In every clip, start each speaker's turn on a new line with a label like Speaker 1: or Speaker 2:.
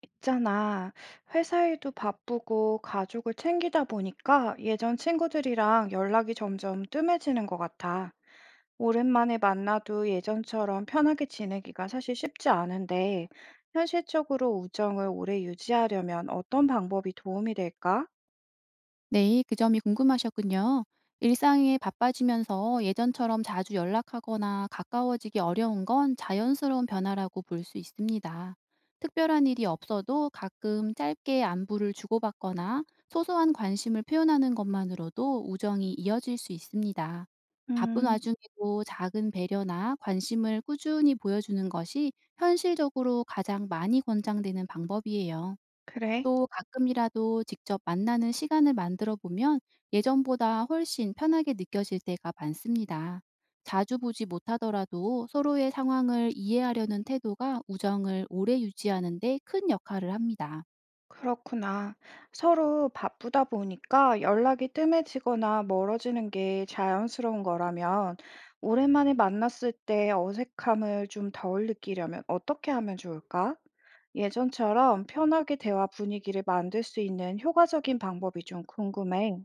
Speaker 1: 있잖아. 회사 일도 바쁘고 가족을 챙기다 보니까 예전 친구들이랑 연락이 점점 뜸해지는 것 같아. 오랜만에 만나도 예전처럼 편하게 지내기가 사실 쉽지 않은데, 현실적으로 우정을 오래 유지하려면 어떤 방법이 도움이 될까?
Speaker 2: 네, 그 점이 궁금하셨군요. 일상에 바빠지면서 예전처럼 자주 연락하거나 가까워지기 어려운 건 자연스러운 변화라고 볼 수 있습니다. 특별한 일이 없어도 가끔 짧게 안부를 주고받거나 소소한 관심을 표현하는 것만으로도 우정이 이어질 수 있습니다. 바쁜
Speaker 1: 음.
Speaker 2: 와중에도 작은 배려나 관심을 꾸준히 보여주는 것이 현실적으로 가장 많이 권장되는 방법이에요.
Speaker 1: 그래.
Speaker 2: 또 가끔이라도 직접 만나는 시간을 만들어 보면 예전보다 훨씬 편하게 느껴질 때가 많습니다. 자주 보지 못하더라도 서로의 상황을 이해하려는 태도가 우정을 오래 유지하는 데 큰 역할을 합니다.
Speaker 1: 그렇구나. 서로 바쁘다 보니까 연락이 뜸해지거나 멀어지는 게 자연스러운 거라면, 오랜만에 만났을 때 어색함을 좀 덜 느끼려면 어떻게 하면 좋을까? 예전처럼 편하게 대화 분위기를 만들 수 있는 효과적인 방법이 좀 궁금해.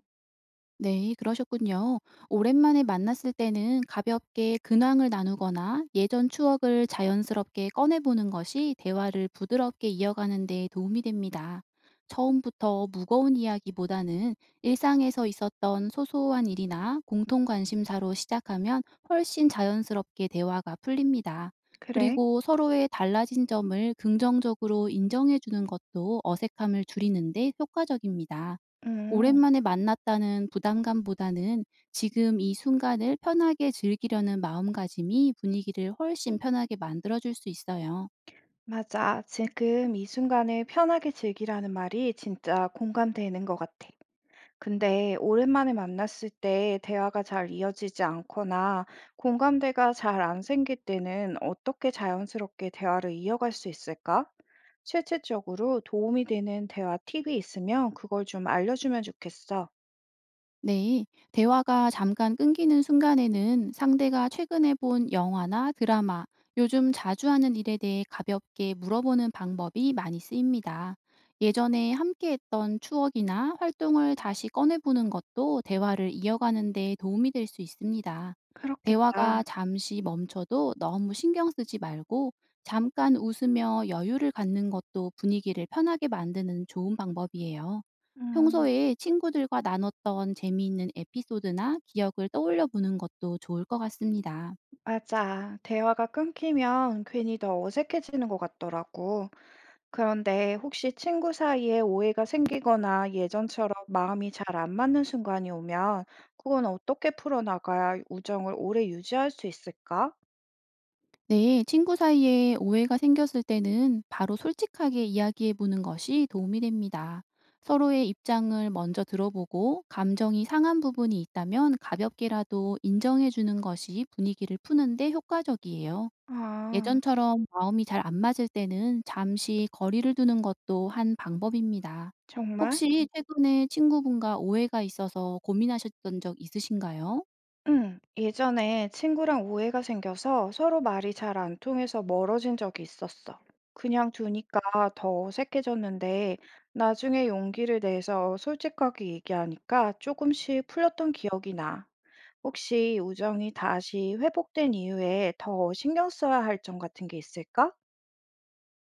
Speaker 2: 네, 그러셨군요. 오랜만에 만났을 때는 가볍게 근황을 나누거나 예전 추억을 자연스럽게 꺼내보는 것이 대화를 부드럽게 이어가는 데 도움이 됩니다. 처음부터 무거운 이야기보다는 일상에서 있었던 소소한 일이나 공통 관심사로 시작하면 훨씬 자연스럽게 대화가 풀립니다.
Speaker 1: 그래?
Speaker 2: 그리고 서로의 달라진 점을 긍정적으로 인정해 주는 것도 어색함을 줄이는데 효과적입니다.
Speaker 1: 음.
Speaker 2: 오랜만에 만났다는 부담감보다는 지금 이 순간을 편하게 즐기려는 마음가짐이 분위기를 훨씬 편하게 만들어 줄 수 있어요.
Speaker 1: 맞아. 지금 이 순간을 편하게 즐기라는 말이 진짜 공감되는 것 같아. 근데 오랜만에 만났을 때 대화가 잘 이어지지 않거나 공감대가 잘 안 생길 때는 어떻게 자연스럽게 대화를 이어갈 수 있을까? 실질적으로 도움이 되는 대화 팁이 있으면 그걸 좀 알려주면 좋겠어.
Speaker 2: 네, 대화가 잠깐 끊기는 순간에는 상대가 최근에 본 영화나 드라마, 요즘 자주 하는 일에 대해 가볍게 물어보는 방법이 많이 쓰입니다. 예전에 함께 했던 추억이나 활동을 다시 꺼내보는 것도 대화를 이어가는 데 도움이 될 수 있습니다. 대화가
Speaker 1: 그렇겠다.
Speaker 2: 잠시 멈춰도 너무 신경 쓰지 말고 잠깐 웃으며 여유를 갖는 것도 분위기를 편하게 만드는 좋은 방법이에요.
Speaker 1: 음.
Speaker 2: 평소에 친구들과 나눴던 재미있는 에피소드나 기억을 떠올려 보는 것도 좋을 것 같습니다.
Speaker 1: 맞아. 대화가 끊기면 괜히 더 어색해지는 것 같더라고. 그런데 혹시 친구 사이에 오해가 생기거나 예전처럼 마음이 잘 안 맞는 순간이 오면 그건 어떻게 풀어나가야 우정을 오래 유지할 수 있을까?
Speaker 2: 네, 친구 사이에 오해가 생겼을 때는 바로 솔직하게 이야기해 보는 것이 도움이 됩니다. 서로의 입장을 먼저 들어보고 감정이 상한 부분이 있다면 가볍게라도 인정해 주는 것이 분위기를 푸는데 효과적이에요.
Speaker 1: 아,
Speaker 2: 예전처럼 마음이 잘 안 맞을 때는 잠시 거리를 두는 것도 한 방법입니다.
Speaker 1: 정말?
Speaker 2: 혹시 최근에 친구분과 오해가 있어서 고민하셨던 적 있으신가요?
Speaker 1: 응, 예전에 친구랑 오해가 생겨서 서로 말이 잘 안 통해서 멀어진 적이 있었어. 그냥 두니까 더 어색해졌는데 나중에 용기를 내서 솔직하게 얘기하니까 조금씩 풀렸던 기억이 나. 혹시 우정이 다시 회복된 이후에 더 신경 써야 할 점 같은 게 있을까?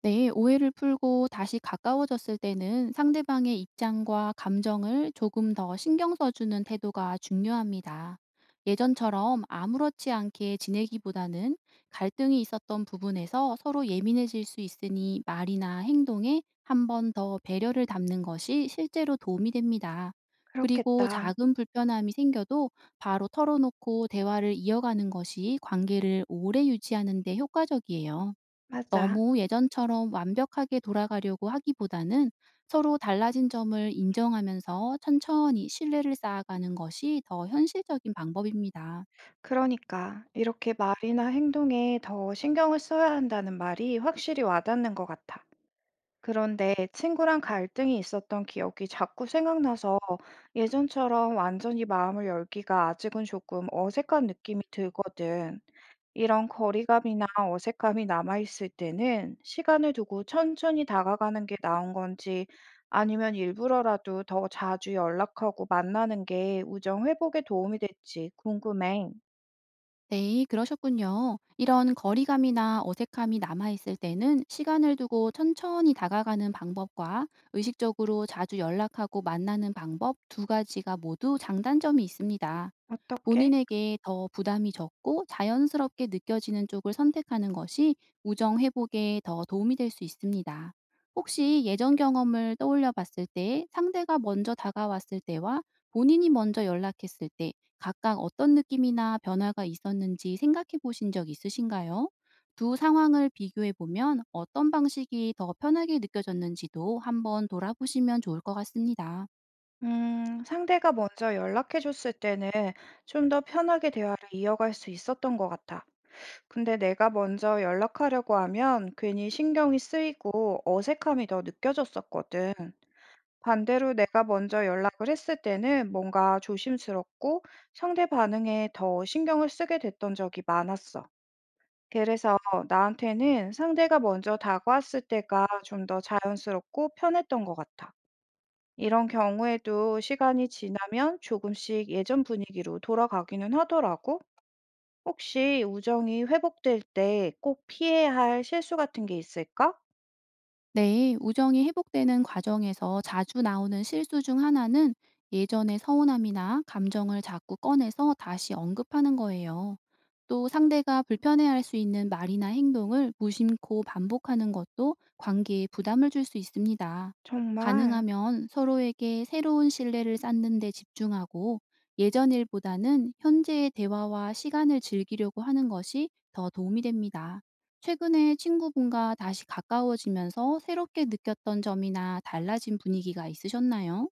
Speaker 2: 네, 오해를 풀고 다시 가까워졌을 때는 상대방의 입장과 감정을 조금 더 신경 써주는 태도가 중요합니다. 예전처럼 아무렇지 않게 지내기보다는 갈등이 있었던 부분에서 서로 예민해질 수 있으니 말이나 행동에 한 번 더 배려를 담는 것이 실제로 도움이 됩니다. 그리고
Speaker 1: 그렇겠다.
Speaker 2: 작은 불편함이 생겨도 바로 털어놓고 대화를 이어가는 것이 관계를 오래 유지하는 데 효과적이에요.
Speaker 1: 맞아.
Speaker 2: 너무 예전처럼 완벽하게 돌아가려고 하기보다는 서로 달라진 점을 인정하면서 천천히 신뢰를 쌓아가는 것이 더 현실적인 방법입니다.
Speaker 1: 그러니까 이렇게 말이나 행동에 더 신경을 써야 한다는 말이 확실히 와닿는 것 같아. 그런데 친구랑 갈등이 있었던 기억이 자꾸 생각나서 예전처럼 완전히 마음을 열기가 아직은 조금 어색한 느낌이 들거든. 이런 거리감이나 어색함이 남아있을 때는 시간을 두고 천천히 다가가는 게 나은 건지 아니면 일부러라도 더 자주 연락하고 만나는 게 우정 회복에 도움이 될지 궁금해.
Speaker 2: 네, 그러셨군요. 이런 거리감이나 어색함이 남아있을 때는 시간을 두고 천천히 다가가는 방법과 의식적으로 자주 연락하고 만나는 방법 두 가지가 모두 장단점이 있습니다.
Speaker 1: 어떻게?
Speaker 2: 본인에게 더 부담이 적고 자연스럽게 느껴지는 쪽을 선택하는 것이 우정 회복에 더 도움이 될 수 있습니다. 혹시 예전 경험을 떠올려 봤을 때 상대가 먼저 다가왔을 때와 본인이 먼저 연락했을 때 각각 어떤 느낌이나 변화가 있었는지 생각해 보신 적 있으신가요? 두 상황을 비교해 보면 어떤 방식이 더 편하게 느껴졌는지도 한번 돌아보시면 좋을 것 같습니다.
Speaker 1: 상대가 먼저 연락해줬을 때는 좀 더 편하게 대화를 이어갈 수 있었던 것 같아. 근데 내가 먼저 연락하려고 하면 괜히 신경이 쓰이고 어색함이 더 느껴졌었거든. 반대로 내가 먼저 연락을 했을 때는 뭔가 조심스럽고 상대 반응에 더 신경을 쓰게 됐던 적이 많았어. 그래서 나한테는 상대가 먼저 다가왔을 때가 좀 더 자연스럽고 편했던 것 같아. 이런 경우에도 시간이 지나면 조금씩 예전 분위기로 돌아가기는 하더라고. 혹시 우정이 회복될 때 꼭 피해야 할 실수 같은 게 있을까?
Speaker 2: 네, 우정이 회복되는 과정에서 자주 나오는 실수 중 하나는 예전의 서운함이나 감정을 자꾸 꺼내서 다시 언급하는 거예요. 또 상대가 불편해할 수 있는 말이나 행동을 무심코 반복하는 것도 관계에 부담을 줄 수 있습니다.
Speaker 1: 정말.
Speaker 2: 가능하면 서로에게 새로운 신뢰를 쌓는 데 집중하고 예전 일보다는 현재의 대화와 시간을 즐기려고 하는 것이 더 도움이 됩니다. 최근에 친구분과 다시 가까워지면서 새롭게 느꼈던 점이나 달라진 분위기가 있으셨나요?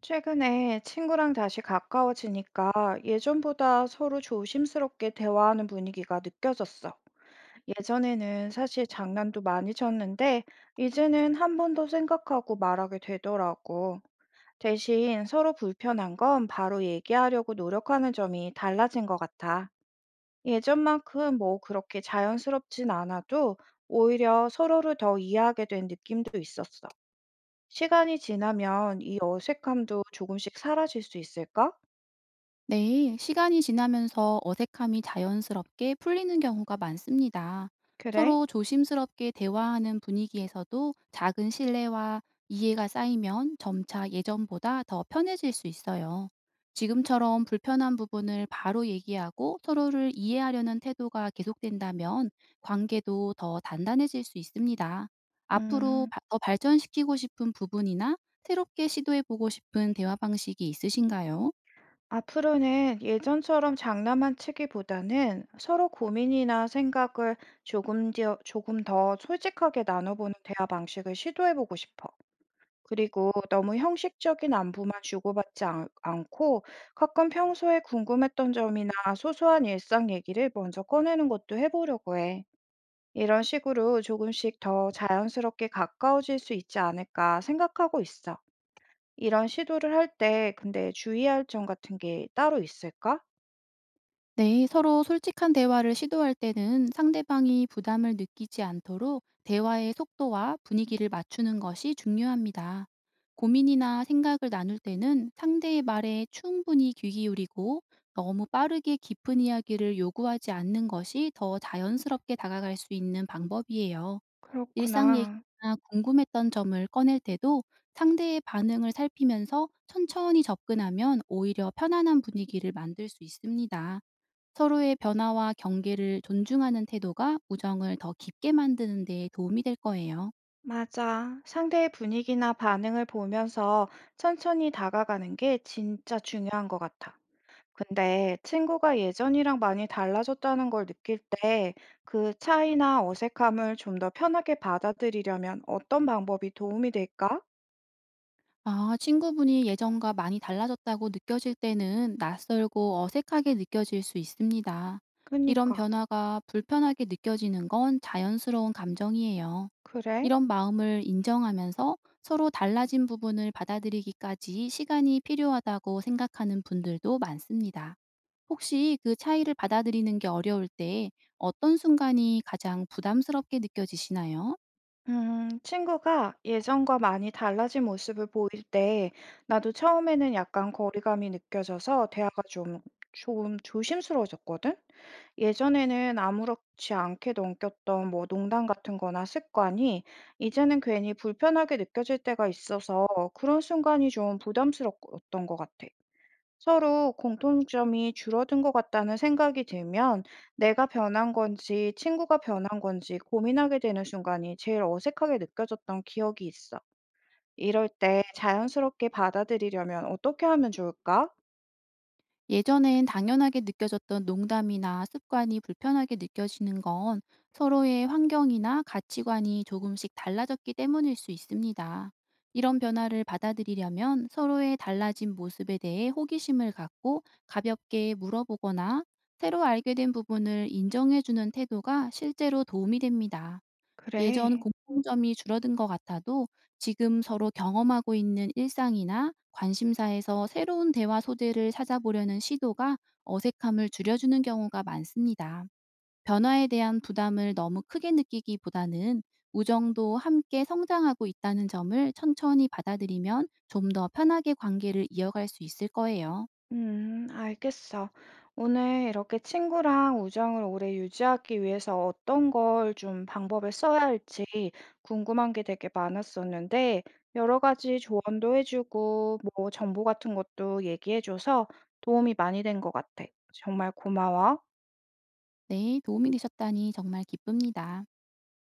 Speaker 1: 최근에 친구랑 다시 가까워지니까 예전보다 서로 조심스럽게 대화하는 분위기가 느껴졌어. 예전에는 사실 장난도 많이 쳤는데, 이제는 한 번 더 생각하고 말하게 되더라고. 대신 서로 불편한 건 바로 얘기하려고 노력하는 점이 달라진 것 같아. 예전만큼 뭐 그렇게 자연스럽진 않아도 오히려 서로를 더 이해하게 된 느낌도 있었어. 시간이 지나면 이 어색함도 조금씩 사라질 수 있을까?
Speaker 2: 네, 시간이 지나면서 어색함이 자연스럽게 풀리는 경우가 많습니다.
Speaker 1: 그래?
Speaker 2: 서로 조심스럽게 대화하는 분위기에서도 작은 신뢰와 이해가 쌓이면 점차 예전보다 더 편해질 수 있어요. 지금처럼 불편한 부분을 바로 얘기하고 서로를 이해하려는 태도가 계속된다면 관계도 더 단단해질 수 있습니다. 앞으로
Speaker 1: 음,
Speaker 2: 더 발전시키고 싶은 부분이나 새롭게 시도해보고 싶은 대화 방식이 있으신가요?
Speaker 1: 앞으로는 예전처럼 장난만 치기보다는 서로 고민이나 생각을 조금 더 솔직하게 나눠보는 대화 방식을 시도해보고 싶어. 그리고 너무 형식적인 안부만 주고받지 않고 가끔 평소에 궁금했던 점이나 소소한 일상 얘기를 먼저 꺼내는 것도 해보려고 해. 이런 식으로 조금씩 더 자연스럽게 가까워질 수 있지 않을까 생각하고 있어. 이런 시도를 할 때 근데 주의할 점 같은 게 따로 있을까?
Speaker 2: 네, 서로 솔직한 대화를 시도할 때는 상대방이 부담을 느끼지 않도록 대화의 속도와 분위기를 맞추는 것이 중요합니다. 고민이나 생각을 나눌 때는 상대의 말에 충분히 귀 기울이고 너무 빠르게 깊은 이야기를 요구하지 않는 것이 더 자연스럽게 다가갈 수 있는 방법이에요. 일상
Speaker 1: 그렇구나.
Speaker 2: 얘기나 궁금했던 점을 꺼낼 때도 상대의 반응을 살피면서 천천히 접근하면 오히려 편안한 분위기를 만들 수 있습니다. 서로의 변화와 경계를 존중하는 태도가 우정을 더 깊게 만드는 데 도움이 될 거예요.
Speaker 1: 맞아. 상대의 분위기나 반응을 보면서 천천히 다가가는 게 진짜 중요한 것 같아. 근데 친구가 예전이랑 많이 달라졌다는 걸 느낄 때 그 차이나 어색함을 좀 더 편하게 받아들이려면 어떤 방법이 도움이 될까?
Speaker 2: 아, 친구분이 예전과 많이 달라졌다고 느껴질 때는 낯설고 어색하게 느껴질 수 있습니다. 이런
Speaker 1: 그니까.
Speaker 2: 변화가 불편하게 느껴지는 건 자연스러운 감정이에요.
Speaker 1: 그래?
Speaker 2: 이런 마음을 인정하면서 서로 달라진 부분을 받아들이기까지 시간이 필요하다고 생각하는 분들도 많습니다. 혹시 그 차이를 받아들이는 게 어려울 때 어떤 순간이 가장 부담스럽게 느껴지시나요?
Speaker 1: 친구가 예전과 많이 달라진 모습을 보일 때 나도 처음에는 약간 거리감이 느껴져서 대화가 좀 조심스러워졌거든? 예전에는 아무렇지 않게 넘겼던 뭐 농담 같은 거나 습관이 이제는 괜히 불편하게 느껴질 때가 있어서 그런 순간이 좀 부담스러웠던 것 같아. 서로 공통점이 줄어든 것 같다는 생각이 들면 내가 변한 건지 친구가 변한 건지 고민하게 되는 순간이 제일 어색하게 느껴졌던 기억이 있어. 이럴 때 자연스럽게 받아들이려면 어떻게 하면 좋을까?
Speaker 2: 예전엔 당연하게 느껴졌던 농담이나 습관이 불편하게 느껴지는 건 서로의 환경이나 가치관이 조금씩 달라졌기 때문일 수 있습니다. 이런 변화를 받아들이려면 서로의 달라진 모습에 대해 호기심을 갖고 가볍게 물어보거나 새로 알게 된 부분을 인정해주는 태도가 실제로 도움이 됩니다.
Speaker 1: 그래.
Speaker 2: 예전 공통점이 줄어든 것 같아도 지금 서로 경험하고 있는 일상이나 관심사에서 새로운 대화 소재를 찾아보려는 시도가 어색함을 줄여주는 경우가 많습니다. 변화에 대한 부담을 너무 크게 느끼기보다는 우정도 함께 성장하고 있다는 점을 천천히 받아들이면 좀 더 편하게 관계를 이어갈 수 있을 거예요.
Speaker 1: 알겠어. 오늘 이렇게 친구랑 우정을 오래 유지하기 위해서 어떤 걸 좀 방법을 써야 할지 궁금한 게 되게 많았었는데, 여러 가지 조언도 해주고, 뭐 정보 같은 것도 얘기해줘서 도움이 많이 된 것 같아. 정말 고마워.
Speaker 2: 네, 도움이 되셨다니 정말 기쁩니다.